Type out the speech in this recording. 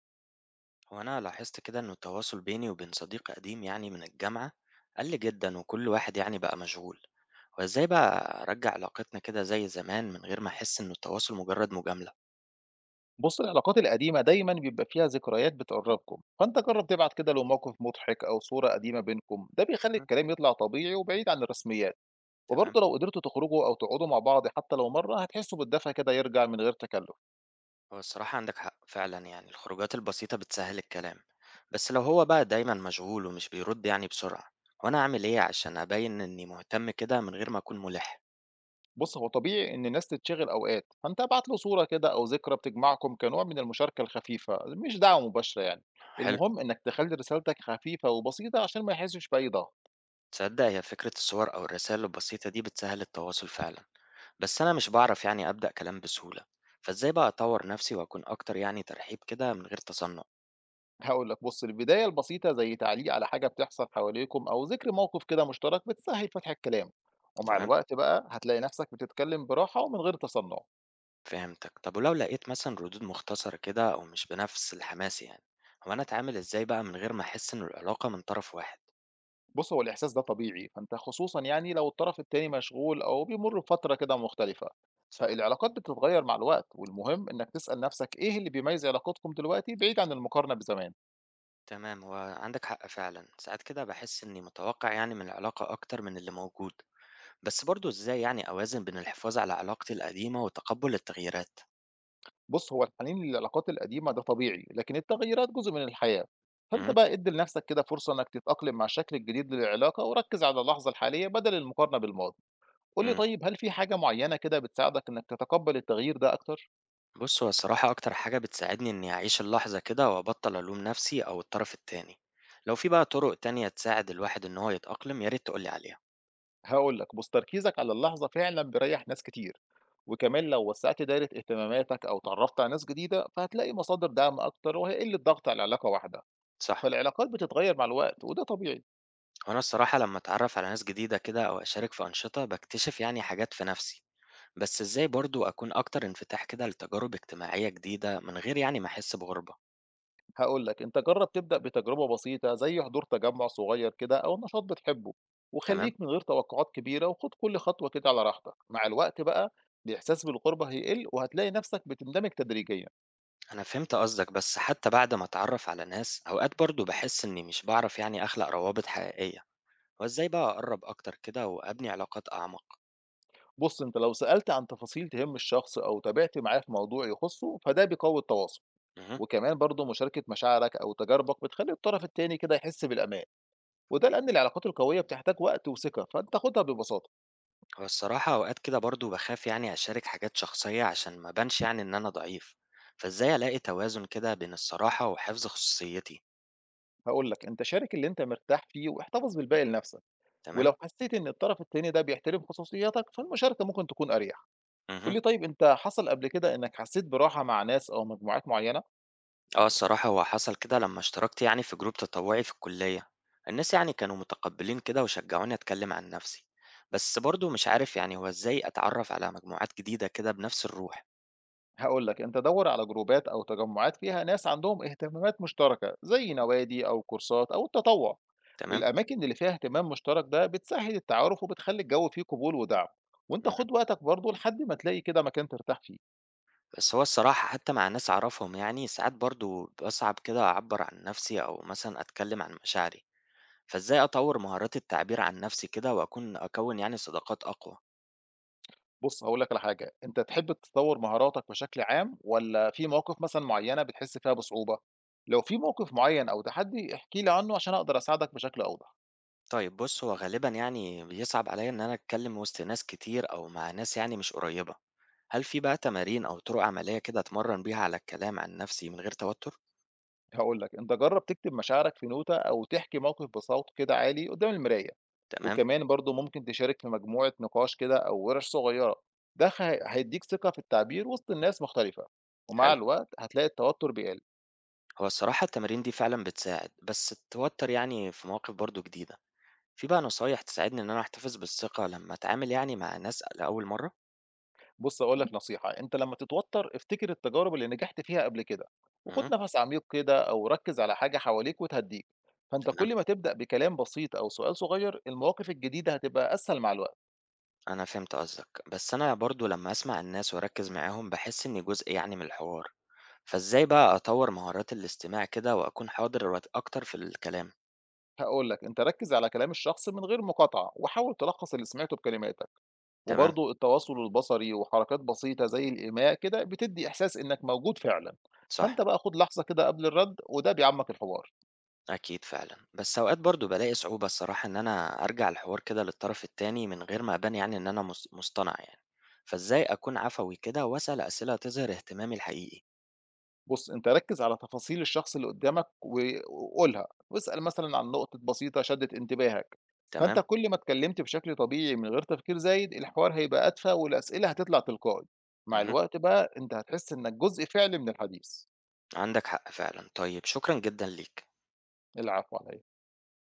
هو أنا لاحظت كده إنه التواصل بيني وبين صديق قديم يعني من الجامعة قل جدا، وكل واحد يعني بقى مشغول. وإزاي بقى أرجع علاقتنا كده زي زمان من غير ما أحس إنه التواصل مجرد مجاملة؟ بُص، العلاقات القديمة دايمًا بيبقى فيها ذكريات بتقرّبكم، فأنت جرّب تبعت كده لو موقف مضحك أو صورة قديمة بينكم، ده بيخلّي مم. الكلام يطلع طبيعي وبعيد عن الرسميات، تمام، وبرضه لو قدرتوا تخرجوا أو تقعدوا مع بعض حتى لو مرّة هتحسوا بالدفى كده يرجع من غير تكلُّف. هو الصراحة عندك حق فعلا، يعني الخروجات البسيطة بتسهل الكلام. بس لو هو بقى دايما مشغول ومش بيرد يعني بسرعة، وأنا أعمل إيه عشان أبين إني مهتم كده من غير ما أكون ملح؟ بُص، هو طبيعي إن الناس تتشغل أوقات، فأنت ابعت له صورة كده أو ذكرى بتجمعكم كنوع من المشاركة الخفيفة، مش دعوة مباشرة يعني. حلو، المهم إنك تخلّي رسالتك خفيفة وبسيطة عشان ما يحسّش بأي ضغط. تصدق هي فكرة الصور أو الرسائل البسيطة دي بتسهل التواصل فعلا. بس أنا مش باعرف يعني أبدأ كلام بسهولة، فإزاي بقى أطور نفسي وأكون أكتر يعني ترحيب كده من غير تصنع؟ هاقول لك بُص، البداية البسيطة زي تعليق على حاجة بتحصل حواليكم أو ذكر موقف كده مشترك بتسهّل فتح الكلام، ومع تمام، الوقت بقى هتلاقي نفسك بتتكلم براحة ومن غير تصنع. فهمتك. طب ولو لقيت مثلا ردود مختصرة كده أو مش بنفس الحماس يعني، هو أنا أتعامل إزاي بقى من غير ما أحس إن العلاقة من طرف واحد؟ بُص، هو الإحساس ده طبيعي، فأنت خصوصًا يعني لو الطرف التاني مشغول أو بيمُر بفترة كده مختلفة، صح. فالعلاقات بتتغيّر مع الوقت والمهم إنك تسأل نفسك إيه اللي بيميّز علاقتكم دلوقتي بعيد عن المقارنة بزمان. تمام، هو عندك حق فعلا، ساعات كده بحس إني متوقع يعني من العلاقة أكتر من اللي موجود. بس برضو إزاي يعني أوازن بين الحفاظ على علاقتي القديمة وتقبل التغييرات؟ بُص، هو الحنين للعلاقات القديمة ده طبيعي، لكن التغييرات جزء من الحياة، فأنت امم. بقى ادّي لنفسك كده فرصة إنك تتأقلم مع الشكل الجديد للعلاقة وركّز على اللحظة الحالية بدل المقارنة بالماضي. قُل لي طيب هل في حاجة معيّنة كده بتساعدك إنك تتقبّل التغيير ده أكتر؟ بص، هو الصراحة أكتر حاجة بتساعدني إني أعيش اللحظة كده وأبطل ألوم نفسي أو الطرف التاني. لو في بقى طرق تانية تساعد الواحد إن هو يتأقلم، يا ريت تقولي عليها. هاقول لك، بُص تركيزك على اللحظة فعلًا بيريّح ناس كتير، وكمان لو وسّعت دايرة اهتماماتك أو اتعرّفت على ناس جديدة، فهتلاقي مصادر دعم أكتر وهيقل الضغط على علاقة واحدة، صح. فالعلاقات بتتغيّر مع الوقت وده طبيعي. وأنا الصراحة لما أتعرف على ناس جديدة كده أو أشارك في أنشطة بكتشف يعني حاجات في نفسي. بس إزاي برضو أكون أكتر انفتاح كده لتجارب اجتماعية جديدة من غير يعني ما أحس بغربة؟ هاقول لك، أنت جرّب تبدأ بتجربة بسيطة زي حضور تجمُّع صغير كده أو نشاط بتحبه، تمام. وخلّيك من غير توقعات كبيرة وخُد كل خطوة كده على راحتك، مع الوقت بقى الإحساس بالغُربة هيقِل وهتلاقي نَفْسك بتندمج تدريجيًا. أنا فهمت قصدك، بس حتى بعد ما أتعرف على ناس أوقات برضو بحس إني مش بعرف يعني أخلق روابط حقيقية. وإزاي بقى أقرب أكتر كده وأبني علاقات أعمق؟ بُص، أنت لو سألت عن تفاصيل تهِم الشخص أو تابعت معاه في موضوع يخُصّه، فده بيقوّي التواصل، مهم. وكمان برضه مشاركة مشاعرك أو تجاربك بتخلّي الطرف التاني كده يحِس بالأمان، وده لإن العلاقات القوية بتحتاج وقت وثقة، فأنت خُدها ببساطة. هو الصراحة أوقات كده برضه باخاف يعني أشارك حاجات شخصية عشان ما أبانش يعني إن أنا ضعيف، فإزاي ألاقي توازن كده بين الصراحة وحفظ خصوصيتي؟ هاقول لك، أنت شارك اللي أنت مرتاح فيه واحتفظ بالباقي لنَفْسك. تمام؟ ولو حسيت إن الطرف التاني ده بيحترم خصوصياتك، فالمشاركة ممكن تكون أريح. قُل اها. لي طيب أنت حصل قبل كده إنك حسيت براحة مع ناس أو مجموعات معينة؟ أه، الصراحة هو حصل كده لما اشتركت يعني في جروب تطوعي في الكلية، الناس يعني كانوا متقبلين كده وشجعوني أتكلم عن نفسي، بس برضه مش عارف يعني هو إزاي أتعرف على مجموعات جديدة كده بنفس الروح. هاقول لك، أنت دَوّر على جروبات أو تجمعات فيها ناس عندهم اهتمامات مشتركة، زي نوادي أو كورسات أو التطوع، تمام؟ والأماكن اللي فيها اهتمام مشترك ده بتسهّل التعارف وبتخلّي الجو فيه قبول ودعم، وأنت خُد اها. وقتك برضه لحد ما تلاقي كده مكان ترتاح فيه. بس هو الصراحة حتى مع ناس أعرفهم يعني ساعات برضه بصعب كده أعبر عن نفسي أو مثلا أتكلم عن مشاعري. فإزاي أطوّر مهارات التعبير عن نفسي كده وأكون أكوّن يعني صداقات أقوى؟ بُص، هاقول لك على حاجة، أنت تحب تطوّر مهاراتك بشكل عام والّا في مواقف مثلًا معيّنة بتحس فيها بصعوبة؟ لو في موقف معيّن أو تحدي احكِ لي عنه عشان أقدر أساعدك بشكل أوضح. طيب بُص، هو غالبًا يعني بيصعب عليّا إن أنا أتكلّم وسط ناس كتير أو مع ناس يعني مش قريّبة، هل في بقى تمارين أو طُرق عمليّة كده أتمرّن بيها على الكلام عن نفسي من غير توتُّر؟ هاقول لك، أنت جرّب تكتب مشاعرك في نوتة أو تحكي موقف بصوت كده عالي قدّام المراية، تمام. وكمان برضه ممكن تشارك في مجموعة نقاش كده أو وِرَش صغيّرة، ده هيدّيك ثقة في التعبير وسط الناس مختلفة، ومع حلو. الوقت هتلاقي التوتر بيقل. هو الصراحة التمارين دي فعلًا بتساعد، بس التوتُّر يعني في مواقف برضه جديدة. في بقى نصايح تساعدني إن أنا أحتفظ بالثقة لمّا أتعامل يعني مع ناس لأول مرّة؟ بُص هاقول لك نصيحة، أنت لمّا تتوتر افتكر التجارب اللي نجحت فيها قبل كده، اهم. وخُد نفس عميق كده أو ركّز على حاجة حواليك وتهدّيك، فأنت تمام. كل ما تبدأ بكلام بسيط أو سؤال صغير المواقف الجديدة هتبقى أسهل مع الوقت، أنا فهمت قصدك، بس أنا برضه لمّا أسمع الناس وأركّز معاهم باحس إني جزء يعني من الحوار، فإزاي بقى أطوّر مهارات الاستماع كده وأكون حاضر أكتر في الكلام؟ هاقول لك أنت ركّز على كلام الشخص من غير مقاطعة، وحاول تلخّص اللي سمعته بكلماتك، تمام. وبرضه التواصل البصري وحركات بسيطة زي الإيماء كده بتدّي إحساس إنك موجود فعلًا، صح. فأنت بقى خُد لحظة كده قبل الرد وده بيعمّق الحوار. أكيد فعلًا، بس أوقات برضه بالاقي صعوبة الصراحة إن أنا أرجع الحوار كده للطرف التاني من غير ما أبان يعني إن أنا مصطنع يعني، فإزاي أكون عفوي كده وأسأل أسئلة تظهر اهتمامي الحقيقي؟ بُص، أنت ركّز على تفاصيل الشخص اللي قدّامك و وقولها، واسأل مثلًا عن نقطة بسيطة شدِّت انتباهك، فأنت تمام. كل ما اتكلمت بشكل طبيعي من غير تفكير زايد، الحوار هيبقى أدفى والأسئلة هتطلع تلقائي، مع اهم. الوقت بقى أنت هتحس إنك جزء فعلي من الحديث. عندك حق فعلًا، طيب شكرًا جدًا ليك. العفو على إيه؟